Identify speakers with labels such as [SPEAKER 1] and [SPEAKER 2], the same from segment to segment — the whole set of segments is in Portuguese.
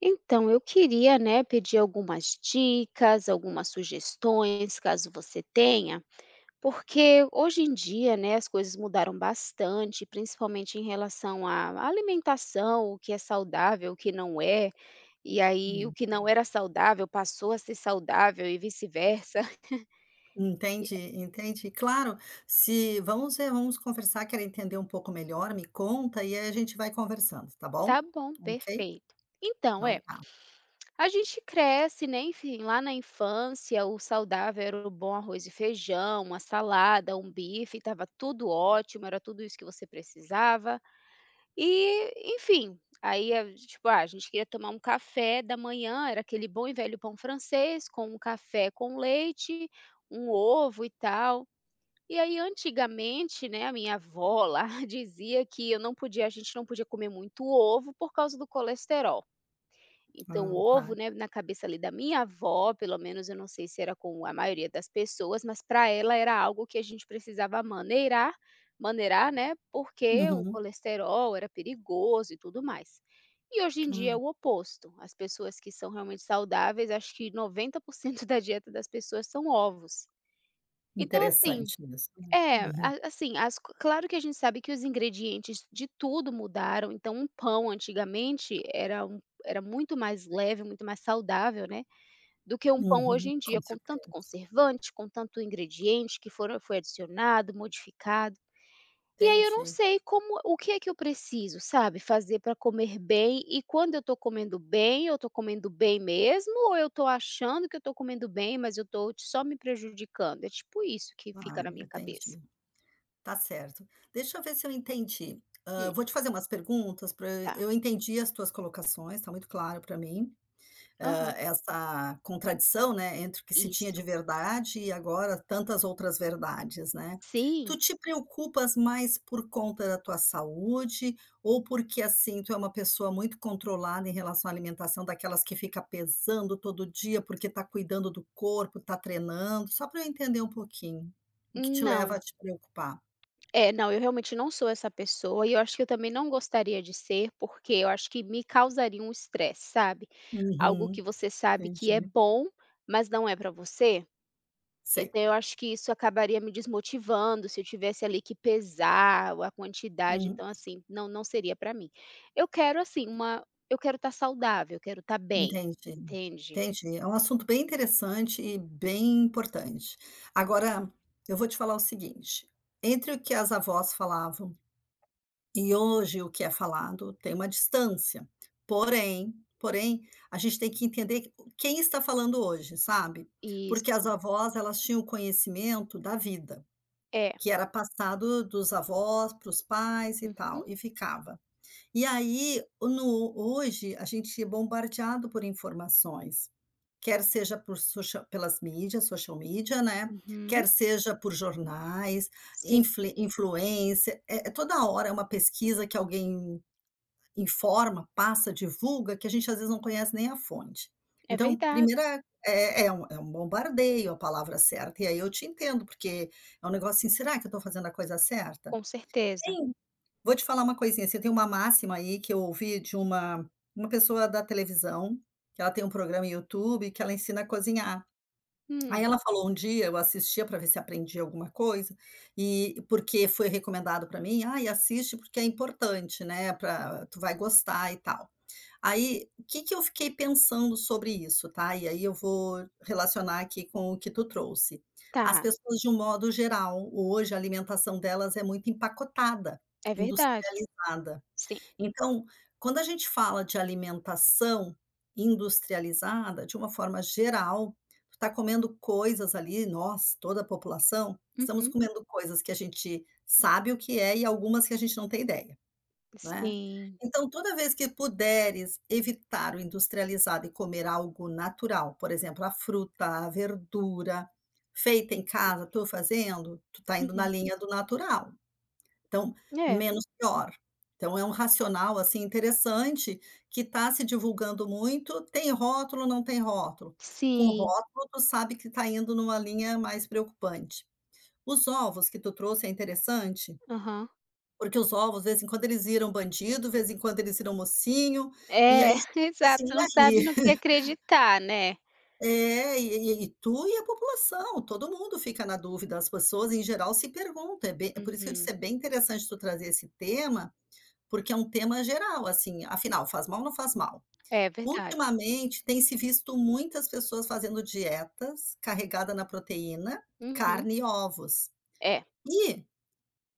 [SPEAKER 1] Então, eu queria, né, pedir algumas dicas, algumas sugestões, caso você tenha, porque hoje em dia, né, as coisas mudaram bastante, principalmente em relação à alimentação, o que é saudável, o que não é. E aí, o
[SPEAKER 2] Hum,
[SPEAKER 1] que não era saudável passou a ser saudável e vice-versa.
[SPEAKER 2] entendi, entendi. Claro, se vamos ver, vamos conversar, quero entender um pouco melhor, me conta e aí a gente vai conversando, tá
[SPEAKER 1] Tá
[SPEAKER 2] bom?
[SPEAKER 1] bom,
[SPEAKER 2] Ok?
[SPEAKER 1] perfeito. Então,
[SPEAKER 2] Então
[SPEAKER 1] é.
[SPEAKER 2] tá.
[SPEAKER 1] A gente cresce, né, enfim, lá na infância, o saudável era o bom arroz e feijão, uma salada, um bife, estava tudo ótimo, era tudo isso que você precisava. E, enfim, aí, tipo, ah, a gente queria tomar um café da manhã, era aquele bom e velho pão francês, com um café com leite, um ovo e tal. E aí, antigamente, né, a minha avó lá dizia que eu não podia, a gente não podia comer muito ovo por causa do colesterol. Então
[SPEAKER 2] Ah,
[SPEAKER 1] o
[SPEAKER 2] tá.
[SPEAKER 1] ovo, né, na cabeça ali da minha avó, pelo menos eu não sei se era com a maioria das pessoas, mas para ela era algo que a gente precisava maneirar maneirar, né, porque o
[SPEAKER 2] Uhum,
[SPEAKER 1] colesterol era perigoso e tudo mais. E hoje em dia é
[SPEAKER 2] claro.
[SPEAKER 1] o oposto. As pessoas que são realmente saudáveis, acho que 90% da dieta das pessoas são ovos. Então assim
[SPEAKER 2] Interessante isso, né.
[SPEAKER 1] é, a
[SPEAKER 2] Uhum,
[SPEAKER 1] assim, as co claro que a gente sabe que os ingredientes de tudo mudaram, então um pão antigamente era muito mais leve, muito mais saudável, né, do que um pão hoje
[SPEAKER 2] uhum,
[SPEAKER 1] em
[SPEAKER 2] com
[SPEAKER 1] dia com tanto
[SPEAKER 2] certeza.
[SPEAKER 1] conservante, com tanto ingrediente que foram foi adicionado, modificado. E aí eu não
[SPEAKER 2] Entendi.
[SPEAKER 1] sei como o que é que eu preciso, sabe, fazer para comer bem, e quando eu tô comendo bem, eu tô comendo bem mesmo, ou eu tô achando que eu tô comendo bem, mas eu tô só me prejudicando? É tipo isso que fica
[SPEAKER 2] Ah,
[SPEAKER 1] na minha cabeça.
[SPEAKER 2] entendi. Tá certo. Deixa eu ver se eu entendi. Hã,
[SPEAKER 1] Hum,
[SPEAKER 2] vou te fazer umas perguntas pra
[SPEAKER 1] tá.
[SPEAKER 2] eu entendi as tuas colocações, tá muito claro para mim. Hã,
[SPEAKER 1] Aham,
[SPEAKER 2] essa contradição, né, entre o que se tinha
[SPEAKER 1] isso.
[SPEAKER 2] de verdade e agora tantas outras verdades, né. Tu
[SPEAKER 1] Sim,
[SPEAKER 2] te preocupas mais por conta da tua saúde ou porque, assim, tu é uma pessoa muito controlada em relação à alimentação, daquelas que fica pesando todo dia porque tá cuidando do corpo, tá treinando? Só para eu entender um pouquinho, o que te leva
[SPEAKER 1] não.
[SPEAKER 2] a te preocupar?
[SPEAKER 1] É, não, eu realmente não sou essa pessoa e eu acho que eu também não gostaria de ser, porque eu acho que me causaria um estresse, sabe. Algo que
[SPEAKER 2] Uhum,
[SPEAKER 1] você sabe que é
[SPEAKER 2] entendi.
[SPEAKER 1] bom, mas não é para você,
[SPEAKER 2] Sei.
[SPEAKER 1] então eu acho que isso acabaria me desmotivando se eu tivesse ali que pesar a quantidade,
[SPEAKER 2] Uhum.
[SPEAKER 1] então assim, não seria para mim. Eu quero assim uma eu quero estar saudável, eu quero estar bem,
[SPEAKER 2] Entendi,
[SPEAKER 1] entende.
[SPEAKER 2] entendi. É um assunto bem interessante e bem importante. Agora, eu vou te falar o seguinte, entre o que as avós falavam e hoje o que é falado, tem uma distância. Porém, porém, a gente tem que entender quem está falando hoje, sabe? Porque as
[SPEAKER 1] Isso,
[SPEAKER 2] avós, elas tinham o conhecimento da vida,
[SPEAKER 1] é.
[SPEAKER 2] que era passado dos avós para os pais e
[SPEAKER 1] Uhum.
[SPEAKER 2] tal, e ficava. E aí, no hoje, a gente é bombardeado por informações. Quer seja por social pelas mídias, social media, né, quer
[SPEAKER 1] Uhum.
[SPEAKER 2] seja por jornais,
[SPEAKER 1] Sim,
[SPEAKER 2] infle influencer, é é toda hora é uma pesquisa que alguém informa, passa, divulga, que a gente às vezes não conhece nem a fonte.
[SPEAKER 1] é
[SPEAKER 2] Então,
[SPEAKER 1] verdade.
[SPEAKER 2] primeira é é um bombardeio a palavra certa, e aí eu te entendo, porque é um negócio assim: "Será que eu estou fazendo a coisa certa?".
[SPEAKER 1] Com certeza.
[SPEAKER 2] Tem vou te falar uma coisinha, assim, tem uma máxima aí que eu ouvi de uma pessoa da televisão, que ela tem um programa no YouTube que ela ensina a cozinhar. Aí
[SPEAKER 1] Hum,
[SPEAKER 2] ela falou um dia, eu assistia para ver se aprendia alguma coisa, e porque foi recomendado para mim: "Ai, assiste porque é importante, né, pra tu vai gostar e tal". Aí, o que que eu fiquei pensando sobre isso, tá, e aí eu vou relacionar aqui com o que tu trouxe. As
[SPEAKER 1] tá,
[SPEAKER 2] pessoas, de um modo geral, hoje a alimentação delas é muito empacotada,
[SPEAKER 1] é verdade.
[SPEAKER 2] industrializada.
[SPEAKER 1] Sim.
[SPEAKER 2] Então, quando a gente fala de alimentação industrializada, de uma forma geral, tu tá comendo coisas ali, nós, toda a população, estamos
[SPEAKER 1] Uhum.
[SPEAKER 2] comendo coisas que a gente sabe o que é e algumas que a gente não tem ideia, né.
[SPEAKER 1] Sim.
[SPEAKER 2] Então, toda vez que puderes evitar o industrializado e comer algo natural, por exemplo, a fruta, a verdura, feita em casa, tu fazendo, tu tá indo na
[SPEAKER 1] Uhum.
[SPEAKER 2] linha do natural. Então,
[SPEAKER 1] É.
[SPEAKER 2] menos pior. Então é um racional, assim, interessante, que está se divulgando muito, tem rótulo, não tem rótulo. Com
[SPEAKER 1] Sim.
[SPEAKER 2] rótulo, tu sabe que está indo numa linha mais preocupante. Os ovos que tu trouxe é interessante,
[SPEAKER 1] Aham.
[SPEAKER 2] porque os ovos, de vez em quando, eles viram bandido, de vez em quando, eles viram mocinho, e aí
[SPEAKER 1] É,
[SPEAKER 2] fica assim:
[SPEAKER 1] exato, você não
[SPEAKER 2] "E
[SPEAKER 1] sabe
[SPEAKER 2] aí?".
[SPEAKER 1] no que acreditar, né.
[SPEAKER 2] É, e tu e a população, todo mundo fica na dúvida, as pessoas em geral se perguntam, é bem é por isso que eu disse,
[SPEAKER 1] Uhum.
[SPEAKER 2] é bem interessante tu trazer esse tema. Porque é um tema geral, assim, afinal, faz mal ou não faz mal?
[SPEAKER 1] É verdade.
[SPEAKER 2] Ultimamente, tem se visto muitas pessoas fazendo dietas carregada na proteína,
[SPEAKER 1] Uhum.
[SPEAKER 2] carne e ovos.
[SPEAKER 1] É,
[SPEAKER 2] E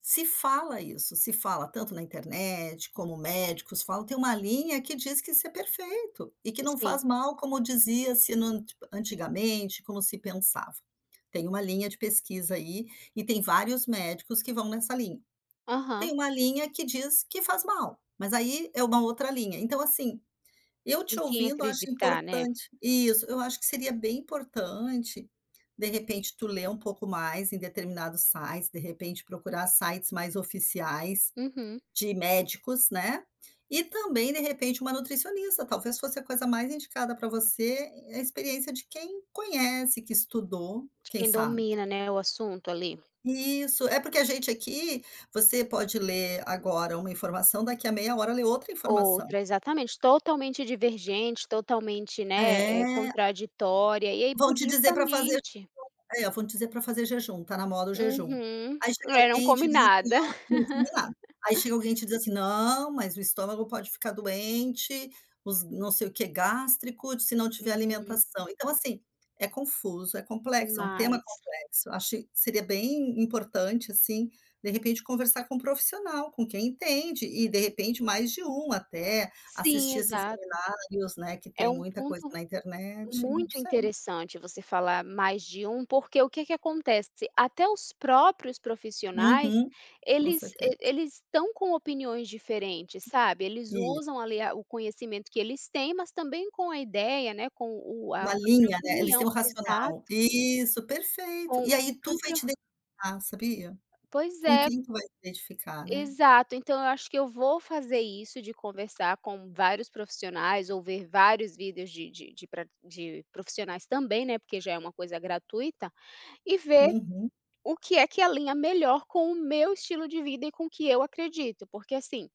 [SPEAKER 2] se fala isso, se fala tanto na internet, como médicos falam, tem uma linha que diz que isso é perfeito e que não
[SPEAKER 1] sim.
[SPEAKER 2] faz mal, como dizia-se no antigamente, como se pensava. Tem uma linha de pesquisa aí, e tem vários médicos que vão nessa linha.
[SPEAKER 1] Aham.
[SPEAKER 2] Tem uma linha que diz que faz mal, mas aí é uma outra linha. Então, assim, eu
[SPEAKER 1] Em
[SPEAKER 2] te
[SPEAKER 1] quem
[SPEAKER 2] ouvindo acho
[SPEAKER 1] acreditar, né.
[SPEAKER 2] importante isso, eu acho que seria bem importante, de repente, tu ler um pouco mais em determinados sites, de repente procurar sites mais oficiais
[SPEAKER 1] Uhum.
[SPEAKER 2] de médicos, né, e também, de repente, uma nutricionista, talvez fosse a coisa mais indicada para você, a experiência de quem conhece, que estudou,
[SPEAKER 1] De
[SPEAKER 2] quem
[SPEAKER 1] quem
[SPEAKER 2] sabe.
[SPEAKER 1] domina, né, o assunto ali.
[SPEAKER 2] Isso, é porque a gente aqui, você pode ler agora uma informação, daqui a meia hora lê outra informação.
[SPEAKER 1] Outra, exatamente, totalmente divergente, totalmente, né,
[SPEAKER 2] É,
[SPEAKER 1] contraditória, e aí
[SPEAKER 2] vão
[SPEAKER 1] por
[SPEAKER 2] te dizer para fazer.
[SPEAKER 1] justamente.
[SPEAKER 2] É, vão dizer para fazer jejum, tá na moda o jejum.
[SPEAKER 1] Uhum.
[SPEAKER 2] Aí chega
[SPEAKER 1] É, não
[SPEAKER 2] alguém e te diz assim:
[SPEAKER 1] combinada.
[SPEAKER 2] "Ó, não comi nada". Aí chega alguém e te diz assim: "Não, mas o estômago pode ficar doente, os não sei o quê gástrico, se não tiver
[SPEAKER 1] Uhum,
[SPEAKER 2] alimentação". Então assim, é confuso, é complexo, é um tema
[SPEAKER 1] demais.
[SPEAKER 2] complexo. Acho que seria bem importante, assim, de repente conversar com um profissional, com quem entende e de repente mais de um até,
[SPEAKER 1] Sim,
[SPEAKER 2] assistir esses
[SPEAKER 1] exato.
[SPEAKER 2] seminários, né, que
[SPEAKER 1] É
[SPEAKER 2] tem
[SPEAKER 1] um
[SPEAKER 2] muita coisa
[SPEAKER 1] ponto
[SPEAKER 2] na internet, não
[SPEAKER 1] muito
[SPEAKER 2] sei.
[SPEAKER 1] interessante você falar mais de um, porque o que que acontece? Até os próprios profissionais,
[SPEAKER 2] Uhum, com
[SPEAKER 1] eles
[SPEAKER 2] certeza.
[SPEAKER 1] e eles estão com opiniões diferentes, sabe. Eles
[SPEAKER 2] Isso.
[SPEAKER 1] usam ali a o conhecimento que eles têm, mas também com a ideia, né, com o a
[SPEAKER 2] Uma
[SPEAKER 1] própria
[SPEAKER 2] linha, né, eles têm
[SPEAKER 1] opinião,
[SPEAKER 2] um racional.
[SPEAKER 1] exato,
[SPEAKER 2] Isso, perfeito.
[SPEAKER 1] com
[SPEAKER 2] E aí
[SPEAKER 1] o
[SPEAKER 2] tu vai
[SPEAKER 1] próprio,
[SPEAKER 2] te identificar, sabia?
[SPEAKER 1] pois
[SPEAKER 2] Com
[SPEAKER 1] é.
[SPEAKER 2] quem tu vai se identificar, né.
[SPEAKER 1] Exato, então eu acho que eu vou fazer isso de conversar com vários profissionais ou ver vários vídeos de profissionais também, né, porque já é uma coisa gratuita, e ver
[SPEAKER 2] Uhum,
[SPEAKER 1] o que é que alinha melhor com o meu estilo de vida e com o que eu acredito, porque assim,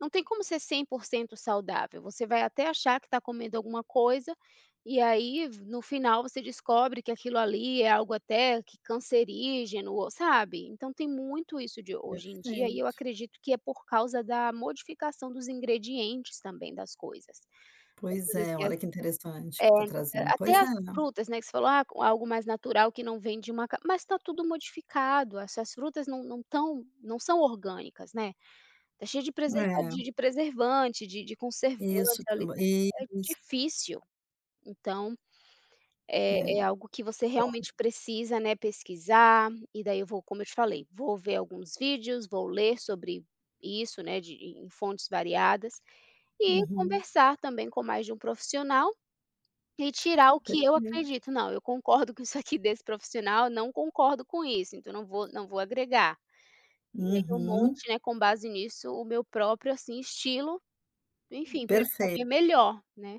[SPEAKER 1] não tem como ser 100% saudável, você vai até achar que está comendo alguma coisa, e aí v no final você descobre que aquilo ali é algo até que cancerígeno, ou sabe? Então tem muito isso de hoje em dia e eu
[SPEAKER 2] perfeito.
[SPEAKER 1] acredito que é por causa da modificação dos ingredientes também das coisas. Das
[SPEAKER 2] Pois
[SPEAKER 1] coisas
[SPEAKER 2] é,
[SPEAKER 1] que as
[SPEAKER 2] olha que interessante
[SPEAKER 1] É,
[SPEAKER 2] que tá trazendo.
[SPEAKER 1] até
[SPEAKER 2] Pois é,
[SPEAKER 1] as frutas, né, que você falou: "Ah, com algo mais natural que não vem de uma ca", mas está tudo modificado, essas frutas não são orgânicas, né? Tá cheio de
[SPEAKER 2] é,
[SPEAKER 1] preservante, de
[SPEAKER 2] isso,
[SPEAKER 1] conservante ali, tá, é
[SPEAKER 2] isso,
[SPEAKER 1] difícil. Então,
[SPEAKER 2] é.
[SPEAKER 1] é é algo que você realmente precisa, né, pesquisar, e daí eu vou, como eu te falei, vou ver alguns vídeos, vou ler sobre isso, né, de em fontes variadas, e
[SPEAKER 2] Uhum,
[SPEAKER 1] conversar também com mais de um profissional, e tirar o que eu
[SPEAKER 2] perfeito.
[SPEAKER 1] acredito. "Não, eu concordo com isso aqui desse profissional, não concordo com isso, então não vou agregar". E aí eu
[SPEAKER 2] Uhum,
[SPEAKER 1] monte, né, com base nisso, o meu próprio, assim, estilo. Enfim, para eu comer
[SPEAKER 2] perfeito.
[SPEAKER 1] melhor, né.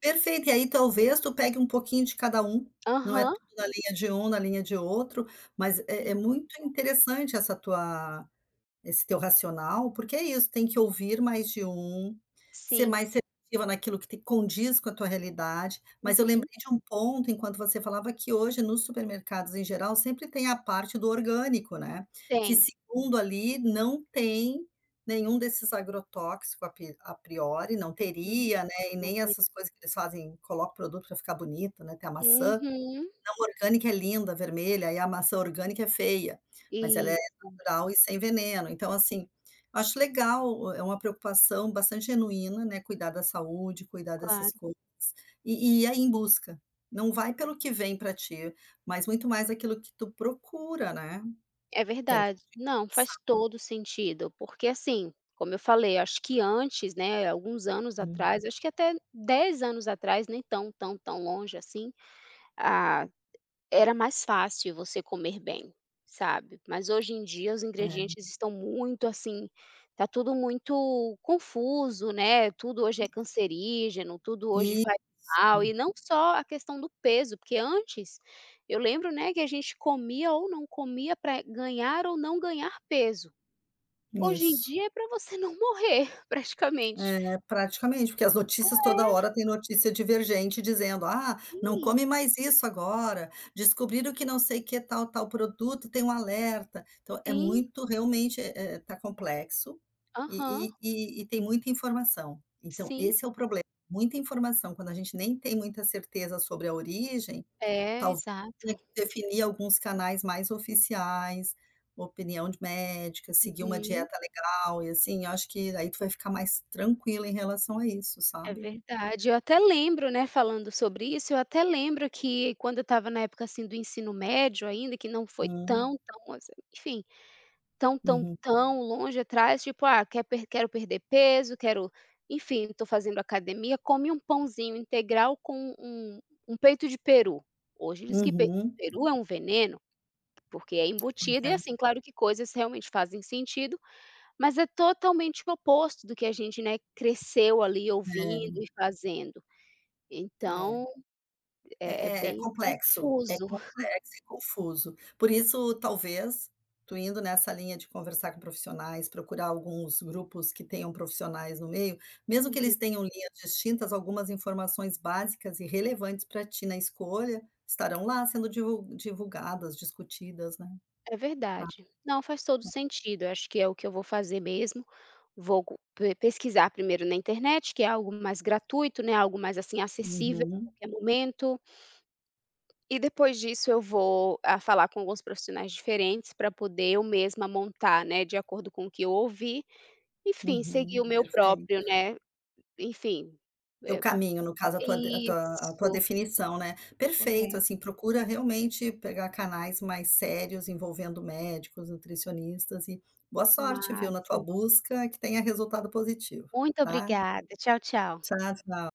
[SPEAKER 2] Perfeito, e aí talvez tu pegue um pouquinho de cada um, não é
[SPEAKER 1] Aham.
[SPEAKER 2] tudo na linha de um, na linha de outro, mas é
[SPEAKER 1] E
[SPEAKER 2] é muito interessante essa tua. Esse teu racional, porque é isso, tem que ouvir mais de um, ser
[SPEAKER 1] sim.
[SPEAKER 2] mais seletiva naquilo que te condiz com a tua realidade, mas eu
[SPEAKER 1] Uhum.
[SPEAKER 2] lembrei de um ponto enquanto você falava que hoje nos supermercados em geral sempre tem a parte do orgânico, né, que
[SPEAKER 1] Tem.
[SPEAKER 2] segundo ali não tem nenhum desses agrotóxicos a priori, não
[SPEAKER 1] Uhum.
[SPEAKER 2] teria, né, e nem essas coisas que eles fazem, coloca produto para ficar bonito, né, tem a maçã
[SPEAKER 1] Uhum.
[SPEAKER 2] Maçã orgânica é linda, vermelha, e a maçã orgânica é feia, mas ela é
[SPEAKER 1] Isso,
[SPEAKER 2] natural e sem veneno. Então, assim, eu acho legal, é uma preocupação bastante genuína, né, cuidar da saúde, cuidar dessas
[SPEAKER 1] claro.
[SPEAKER 2] coisas, e e ir aí em busca. Não vai pelo que vem para ti, mas muito mais aquilo que tu procura, né.
[SPEAKER 1] É
[SPEAKER 2] Tenta
[SPEAKER 1] verdade. Não,
[SPEAKER 2] pensar.
[SPEAKER 1] faz todo sentido, porque, assim, como eu falei, acho que antes, né, alguns anos atrás, acho que até 10 anos atrás, nem tão, tão, tão longe assim, a era mais fácil você comer bem, sabe. Mas hoje em dia os
[SPEAKER 2] É.
[SPEAKER 1] ingredientes estão muito, assim, tá tudo muito confuso, né, tudo hoje é cancerígeno, tudo hoje
[SPEAKER 2] E
[SPEAKER 1] faz mal, e não só a questão do peso, porque antes, eu lembro, né, que a gente comia ou não comia para ganhar ou não ganhar peso. Hoje em
[SPEAKER 2] Isso.
[SPEAKER 1] dia é para você não morrer praticamente.
[SPEAKER 2] É, praticamente, porque as notícias toda
[SPEAKER 1] É,
[SPEAKER 2] hora tem notícia divergente dizendo: "Ah, não
[SPEAKER 1] sim,
[SPEAKER 2] come mais isso agora, descobriram que não sei que tal, tal produto tem um alerta". Então é
[SPEAKER 1] sim,
[SPEAKER 2] muito realmente, tá complexo,
[SPEAKER 1] aham,
[SPEAKER 2] e e tem muita informação. Então
[SPEAKER 1] sim.
[SPEAKER 2] esse é o problema, muita informação, quando a gente nem tem muita certeza sobre a origem.
[SPEAKER 1] É,
[SPEAKER 2] Talvez tenha
[SPEAKER 1] exato.
[SPEAKER 2] que definir alguns canais mais oficiais, opinião de médica, seguir uma
[SPEAKER 1] Uhum.
[SPEAKER 2] dieta legal e assim, eu acho que aí tu vai ficar mais tranquila em relação a isso,
[SPEAKER 1] É
[SPEAKER 2] sabe.
[SPEAKER 1] verdade, eu até lembro, né, falando sobre isso, eu até lembro que quando eu estava na época, assim, do ensino médio ainda, que não foi
[SPEAKER 2] Hum,
[SPEAKER 1] tão, tão assim, enfim, tão, tão,
[SPEAKER 2] uhum,
[SPEAKER 1] tão longe atrás, tipo: "Ah, quero perder peso, quero, enfim, estou fazendo academia", come um pãozinho integral com um peito de peru. Hoje eles que peito
[SPEAKER 2] uhum.
[SPEAKER 1] de peru é um veneno, porque é
[SPEAKER 2] Pois
[SPEAKER 1] embutido e,
[SPEAKER 2] é,
[SPEAKER 1] assim, claro que coisas realmente fazem sentido, mas é totalmente o oposto do que a gente, né, cresceu ali ouvindo e fazendo.
[SPEAKER 2] é,
[SPEAKER 1] Então,
[SPEAKER 2] é. É
[SPEAKER 1] é é
[SPEAKER 2] é
[SPEAKER 1] bem
[SPEAKER 2] complexo, é
[SPEAKER 1] confuso.
[SPEAKER 2] complexo e confuso. Por isso, talvez, tu indo nessa linha de conversar com profissionais, procurar alguns grupos que tenham profissionais no meio, mesmo que
[SPEAKER 1] Uhum.
[SPEAKER 2] eles tenham linhas distintas, algumas informações básicas e relevantes para ti na escolha estarão lá sendo divulgadas, discutidas, né,
[SPEAKER 1] É
[SPEAKER 2] tá.
[SPEAKER 1] verdade. Não, faz todo sentido, eu acho que é o que eu vou fazer mesmo, vou co pe pesquisar primeiro na internet, que é algo mais gratuito, né, algo mais, assim, acessível a
[SPEAKER 2] Uhum,
[SPEAKER 1] qualquer momento, e depois disso eu vou, falar com alguns profissionais diferentes para poder eu mesma montar, né, de acordo com o que eu ouvi, enfim, seguir
[SPEAKER 2] uhum,
[SPEAKER 1] o meu
[SPEAKER 2] perfeito.
[SPEAKER 1] próprio, né, enfim,
[SPEAKER 2] Teu
[SPEAKER 1] eh
[SPEAKER 2] caminho, no caso, a tua de a tua
[SPEAKER 1] isso,
[SPEAKER 2] definição, né. Perfeito,
[SPEAKER 1] correto,
[SPEAKER 2] assim, procura realmente pegar canais mais sérios envolvendo médicos, nutricionistas e boa sorte, viu, na tua
[SPEAKER 1] máximo.
[SPEAKER 2] busca, que tenha resultado positivo,
[SPEAKER 1] Muito
[SPEAKER 2] tá.
[SPEAKER 1] obrigada, tchau, tchau.
[SPEAKER 2] Tchau, tchau.